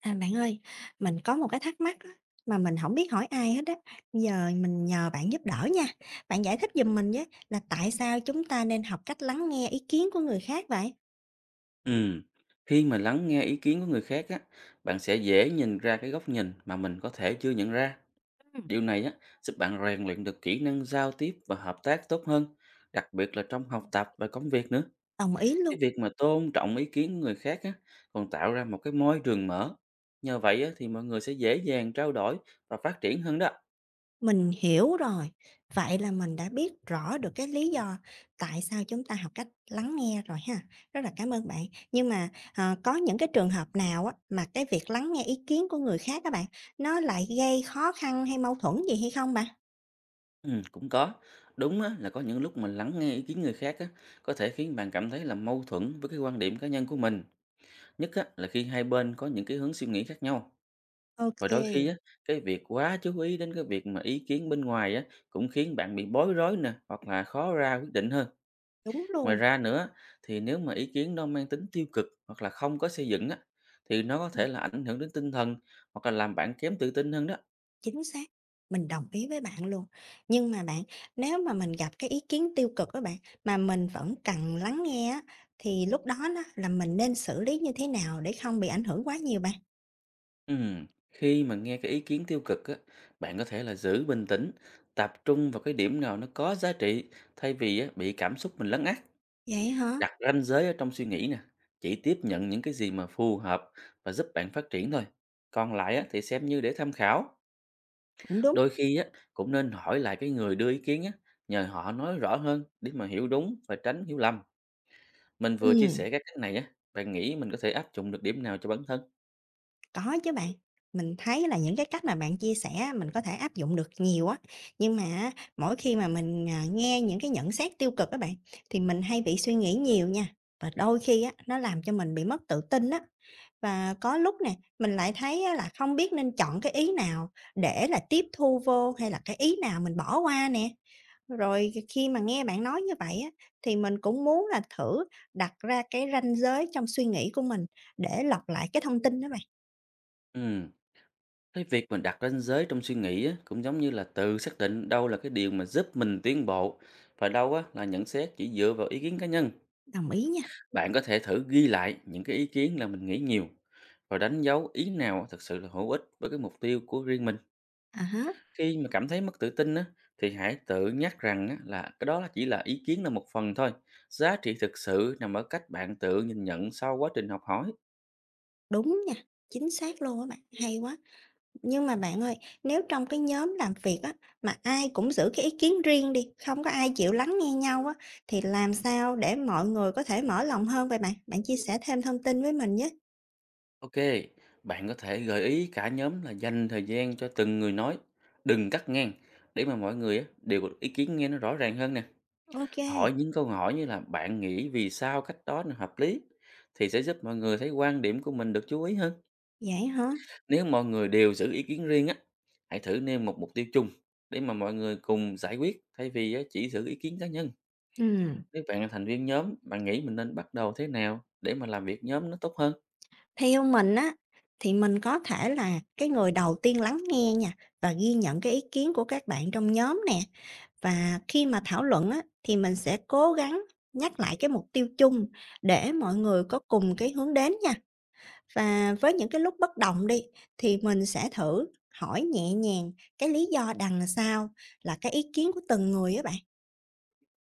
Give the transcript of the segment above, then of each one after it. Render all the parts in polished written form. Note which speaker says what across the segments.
Speaker 1: À, bạn ơi, mình có một cái thắc mắc á, mà mình không biết hỏi ai hết á, giờ mình nhờ bạn giúp đỡ nha. Bạn giải thích giùm mình với là tại sao chúng ta nên học cách lắng nghe ý kiến của người khác vậy?
Speaker 2: Ừm, khi mà lắng nghe ý kiến của người khác á, bạn sẽ dễ nhìn ra cái góc nhìn mà mình có thể chưa nhận ra.
Speaker 1: Ừm.
Speaker 2: Điều này á, giúp bạn rèn luyện được kỹ năng giao tiếp và hợp tác tốt hơn, đặc biệt là trong học tập và công việc nữa.
Speaker 1: Đồng ý luôn,
Speaker 2: Cái việc mà tôn trọng ý kiến của người khác á, còn tạo ra một cái môi trường mở. Nhờ vậy á, thì mọi người sẽ dễ dàng trao đổi và phát triển hơn đó.
Speaker 1: mình hiểu rồi. Vậy là mình đã biết rõ được cái lý do tại sao chúng ta học cách lắng nghe rồi ha. Rất là cảm ơn bạn. Nhưng mà, có những cái trường hợp nào á, mà cái việc lắng nghe ý kiến của người khác các bạn, nó lại gây khó khăn hay mâu thuẫn gì hay không bạn?
Speaker 2: Cũng có. Đúng á, là có những lúc mà lắng nghe ý kiến người khác á, có thể khiến bạn cảm thấy là mâu thuẫn với cái quan điểm cá nhân của mình nhất á, là khi hai bên có những cái hướng suy nghĩ khác nhau.
Speaker 1: Ok.
Speaker 2: Và đôi khi á, cái việc quá chú ý đến cái việc mà ý kiến bên ngoài á, cũng khiến bạn bị bối rối nè, hoặc là khó ra quyết định hơn.
Speaker 1: Đúng
Speaker 2: Ngoài
Speaker 1: luôn.
Speaker 2: ra nữa, thì nếu mà ý kiến nó mang tính tiêu cực hoặc là không có xây dựng á, thì nó có thể là ảnh hưởng đến tinh thần hoặc là làm bạn kém tự tin hơn đó.
Speaker 1: Chính xác, mình đồng ý với bạn luôn. Nhưng mà bạn, nếu mà mình gặp cái ý kiến tiêu cực đó bạn, mà mình vẫn cần lắng nghe á, thì lúc đó đó là mình nên xử lý như thế nào để không bị ảnh hưởng quá nhiều bạn?
Speaker 2: Khi mà nghe cái ý kiến tiêu cực á, bạn có thể là giữ bình tĩnh, tập trung vào cái điểm nào nó có giá trị, thay vì á, bị cảm xúc mình lấn át.
Speaker 1: Vậy hả?
Speaker 2: Đặt ranh giới ở trong suy nghĩ nè, chỉ tiếp nhận những cái gì mà phù hợp và giúp bạn phát triển thôi. Còn lại á, thì xem như để tham khảo.
Speaker 1: Cũng đúng.
Speaker 2: Đôi khi á, cũng nên hỏi lại cái người đưa ý kiến á, nhờ họ nói rõ hơn để mà hiểu đúng và tránh hiểu lầm. Mình vừa chia
Speaker 1: Ừm,
Speaker 2: sẻ các cách này á, bạn nghĩ mình có thể áp dụng được điểm nào cho bản thân?
Speaker 1: có chứ bạn. Mình thấy là những cái cách mà bạn chia sẻ á, mình có thể áp dụng được nhiều á, nhưng mà á, mỗi khi mà mình, nghe những cái nhận xét tiêu cực á bạn, thì mình hay bị suy nghĩ nhiều nha, và đôi khi á, nó làm cho mình bị mất tự tin á. Và có lúc nè, mình lại thấy á là không biết nên chọn cái ý nào để là tiếp thu vô hay là cái ý nào mình bỏ qua nè. Rồi khi mà nghe bạn nói như vậy á, thì mình cũng muốn là thử đặt ra cái ranh giới trong suy nghĩ của mình để lọc lại cái thông tin đó bạn.
Speaker 2: Ừ, cái việc mình đặt ranh giới trong suy nghĩ á, cũng giống như là tự xác định đâu là cái điều mà giúp mình tiến bộ và đâu á, là nhận xét chỉ dựa vào ý kiến cá nhân.
Speaker 1: Đồng ý nha.
Speaker 2: Bạn có thể thử ghi lại những cái ý kiến là mình nghĩ nhiều và đánh dấu ý nào thực sự là hữu ích với cái mục tiêu của riêng mình.
Speaker 1: À há.
Speaker 2: Khi mà cảm thấy mất tự tin á, thì hãy tự nhắc rằng á, là cái đó là chỉ là ý kiến, là một phần thôi. Giá trị thực sự nằm ở cách bạn tự nhìn nhận sau quá trình học hỏi.
Speaker 1: Đúng nha, chính xác luôn á bạn, hay quá. Nhưng mà bạn ơi, nếu trong cái nhóm làm việc á, mà ai cũng giữ cái ý kiến riêng đi, không có ai chịu lắng nghe nhau á, thì làm sao để mọi người có thể mở lòng hơn vậy bạn? Bạn chia sẻ thêm thông tin với mình nhé.
Speaker 2: Ok, bạn có thể gợi ý cả nhóm là dành thời gian cho từng người nói, đừng cắt ngang để mà mọi người á, đều có ý kiến nghe nó rõ ràng hơn nè.
Speaker 1: OK,
Speaker 2: Hỏi những câu hỏi như là "Bạn nghĩ vì sao cách đó là hợp lý?" thì sẽ giúp mọi người thấy quan điểm của mình được chú ý hơn.
Speaker 1: vậy hả?
Speaker 2: Nếu mọi người đều giữ ý kiến riêng á, hãy thử nêu một mục tiêu chung để mà mọi người cùng giải quyết, thay vì á, chỉ giữ ý kiến cá nhân.
Speaker 1: Ừm,
Speaker 2: Nếu bạn là thành viên nhóm, bạn nghĩ mình nên bắt đầu thế nào để mà làm việc nhóm nó tốt hơn?
Speaker 1: theo mình á, thì mình có thể là cái người đầu tiên lắng nghe nha, và ghi nhận cái ý kiến của các bạn trong nhóm nè. Và khi mà thảo luận á, thì mình sẽ cố gắng nhắc lại cái mục tiêu chung để mọi người có cùng cái hướng đến nha. Và với những cái lúc bất đồng đi thì mình sẽ thử hỏi nhẹ nhàng cái lý do đằng sau là cái ý kiến của từng người á bạn,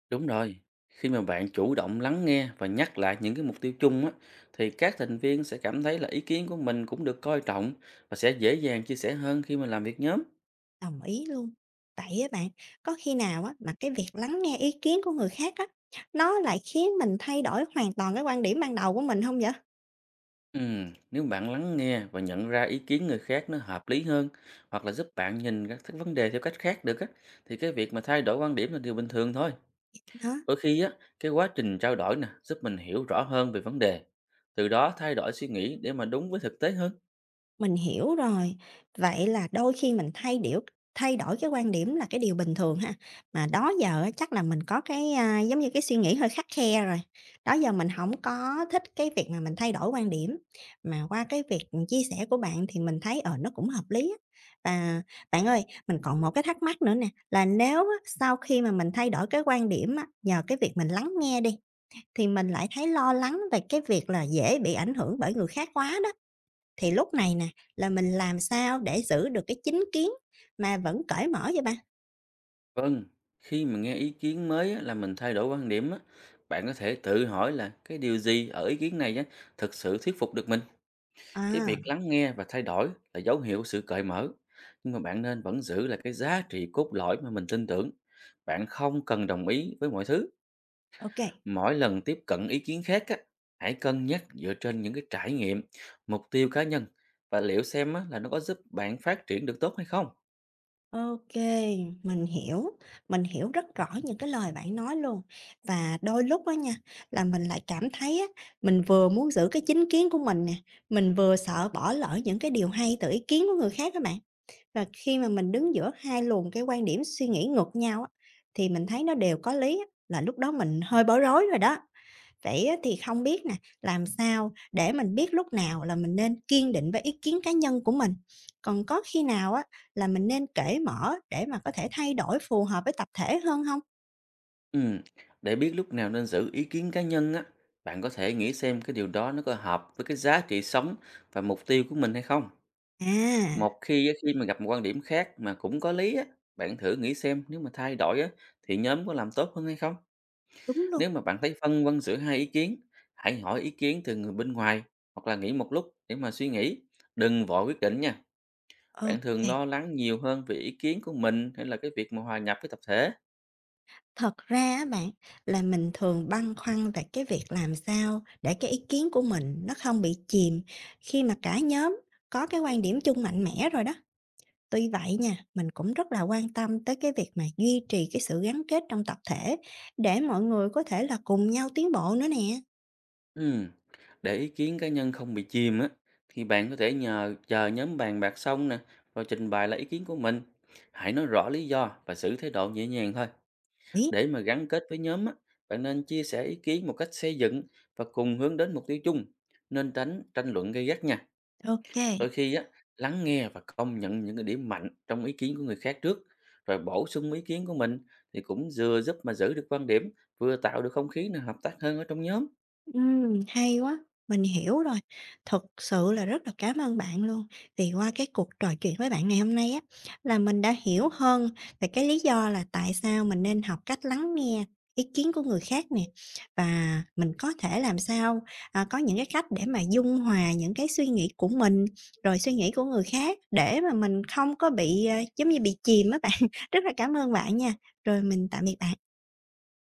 Speaker 2: Đúng rồi. Khi mà bạn chủ động lắng nghe và nhắc lại những cái mục tiêu chung á, thì các thành viên sẽ cảm thấy là ý kiến của mình cũng được coi trọng và sẽ dễ dàng chia sẻ hơn khi mà làm việc nhóm.
Speaker 1: đồng ý luôn. Vậy á bạn, có khi nào á mà cái việc lắng nghe ý kiến của người khác á nó lại khiến mình thay đổi hoàn toàn cái quan điểm ban đầu của mình không vậy?
Speaker 2: Nếu bạn lắng nghe và nhận ra ý kiến người khác nó hợp lý hơn, hoặc là giúp bạn nhìn các cái vấn đề theo cách khác được á, thì cái việc mà thay đổi quan điểm là điều bình thường thôi.
Speaker 1: Đó.
Speaker 2: Đôi khi á, cái quá trình trao đổi nè giúp mình hiểu rõ hơn về vấn đề, từ đó thay đổi suy nghĩ để mà đúng với thực tế hơn.
Speaker 1: Mình hiểu rồi. Vậy là đôi khi mình thay đổi cái quan điểm là cái điều bình thường ha. Mà đó giờ á chắc là mình có cái, giống như cái suy nghĩ hơi khắt khe rồi, đó giờ mình không có thích cái việc mà mình thay đổi quan điểm. Mà qua cái việc chia sẻ của bạn thì mình thấy, nó cũng hợp lý á. Và bạn ơi, mình còn một cái thắc mắc nữa nè, là nếu á sau khi mà mình thay đổi cái quan điểm á, nhờ cái việc mình lắng nghe đi, thì mình lại thấy lo lắng về cái việc là dễ bị ảnh hưởng bởi người khác quá đó. Thì lúc này nè, là mình làm sao để giữ được cái chính kiến mà vẫn cởi mở vậy bạn?
Speaker 2: Vâng, khi mà nghe ý kiến mới á, là mình thay đổi quan điểm á, bạn có thể tự hỏi là cái điều gì ở ý kiến này á thực sự thuyết phục được mình. Cái việc
Speaker 1: À,
Speaker 2: lắng nghe và thay đổi là dấu hiệu sự cởi mở, nhưng mà bạn nên vẫn giữ lại cái giá trị cốt lõi mà mình tin tưởng. Bạn không cần đồng ý với mọi thứ.
Speaker 1: ok, ok,
Speaker 2: Mỗi lần tiếp cận ý kiến khác á, hãy cân nhắc dựa trên những cái trải nghiệm, mục tiêu cá nhân và liệu xem á, là nó có giúp bạn phát triển được tốt hay không.
Speaker 1: mình hiểu, mình hiểu rất rõ những cái lời bạn nói luôn. Và đôi lúc đó nha, là mình lại cảm thấy á, mình vừa muốn giữ cái chính kiến của mình nè, mình vừa sợ bỏ lỡ những cái điều hay từ ý kiến của người khác các bạn. Và khi mà mình đứng giữa hai luồng cái quan điểm suy nghĩ ngược nhau á, thì mình thấy nó đều có lý á, là lúc đó mình hơi bối rối rồi đó. Vậy á thì không biết nè, làm sao để mình biết lúc nào là mình nên kiên định với ý kiến cá nhân của mình? Còn có khi nào á là mình nên cởi mở để mà có thể thay đổi phù hợp với tập thể hơn không?
Speaker 2: Ừ, để biết lúc nào nên giữ ý kiến cá nhân á, bạn có thể nghĩ xem cái điều đó nó có hợp với cái giá trị sống và mục tiêu của mình hay không.
Speaker 1: À,
Speaker 2: Một khi á, khi mà gặp một quan điểm khác mà cũng có lý á, bạn thử nghĩ xem nếu mà thay đổi á, thì nhóm có làm tốt hơn hay không?
Speaker 1: đúng luôn,
Speaker 2: Nếu mà bạn thấy phân vân giữa hai ý kiến, hãy hỏi ý kiến từ người bên ngoài hoặc là nghỉ một lúc để mà suy nghĩ. Đừng vội quyết định nha. Bạn
Speaker 1: ok.
Speaker 2: thường lo lắng nhiều hơn về ý kiến của mình hay là cái việc mà hòa nhập với tập thể?
Speaker 1: Thật ra á bạn, là mình thường băn khoăn về cái việc làm sao để cái ý kiến của mình nó không bị chìm khi mà cả nhóm có cái quan điểm chung mạnh mẽ rồi đó. Tuy vậy nha, mình cũng rất là quan tâm tới cái việc mà duy trì cái sự gắn kết trong tập thể để mọi người có thể là cùng nhau tiến bộ nữa nè.
Speaker 2: Ừm, Để ý kiến cá nhân không bị chìm á, thì bạn có thể nhờ chờ nhóm bàn bạc xong nè, rồi trình bày lại ý kiến của mình. Hãy nói rõ lý do và giữ thái độ nhẹ nhàng thôi.
Speaker 1: Biết,
Speaker 2: Để mà gắn kết với nhóm á, bạn nên chia sẻ ý kiến một cách xây dựng và cùng hướng đến mục tiêu chung, nên tránh tranh luận gay gắt nha.
Speaker 1: OK.
Speaker 2: Đôi khi á, lắng nghe và công nhận những cái điểm mạnh trong ý kiến của người khác trước, rồi bổ sung ý kiến của mình, thì cũng vừa giúp mà giữ được quan điểm, vừa tạo được không khí nào hợp tác hơn ở trong nhóm.
Speaker 1: Hay quá, mình hiểu rồi. Thực sự là rất là cảm ơn bạn luôn, vì qua cái cuộc trò chuyện với bạn ngày hôm nay á, là mình đã hiểu hơn về cái lý do là tại sao mình nên học cách lắng nghe ý kiến của người khác nè, và mình có thể làm sao, có những cái cách để mà dung hòa những cái suy nghĩ của mình, rồi suy nghĩ của người khác để mà mình không có bị, giống như, bị chìm á bạn. Rất là cảm ơn bạn nha, rồi mình tạm biệt bạn.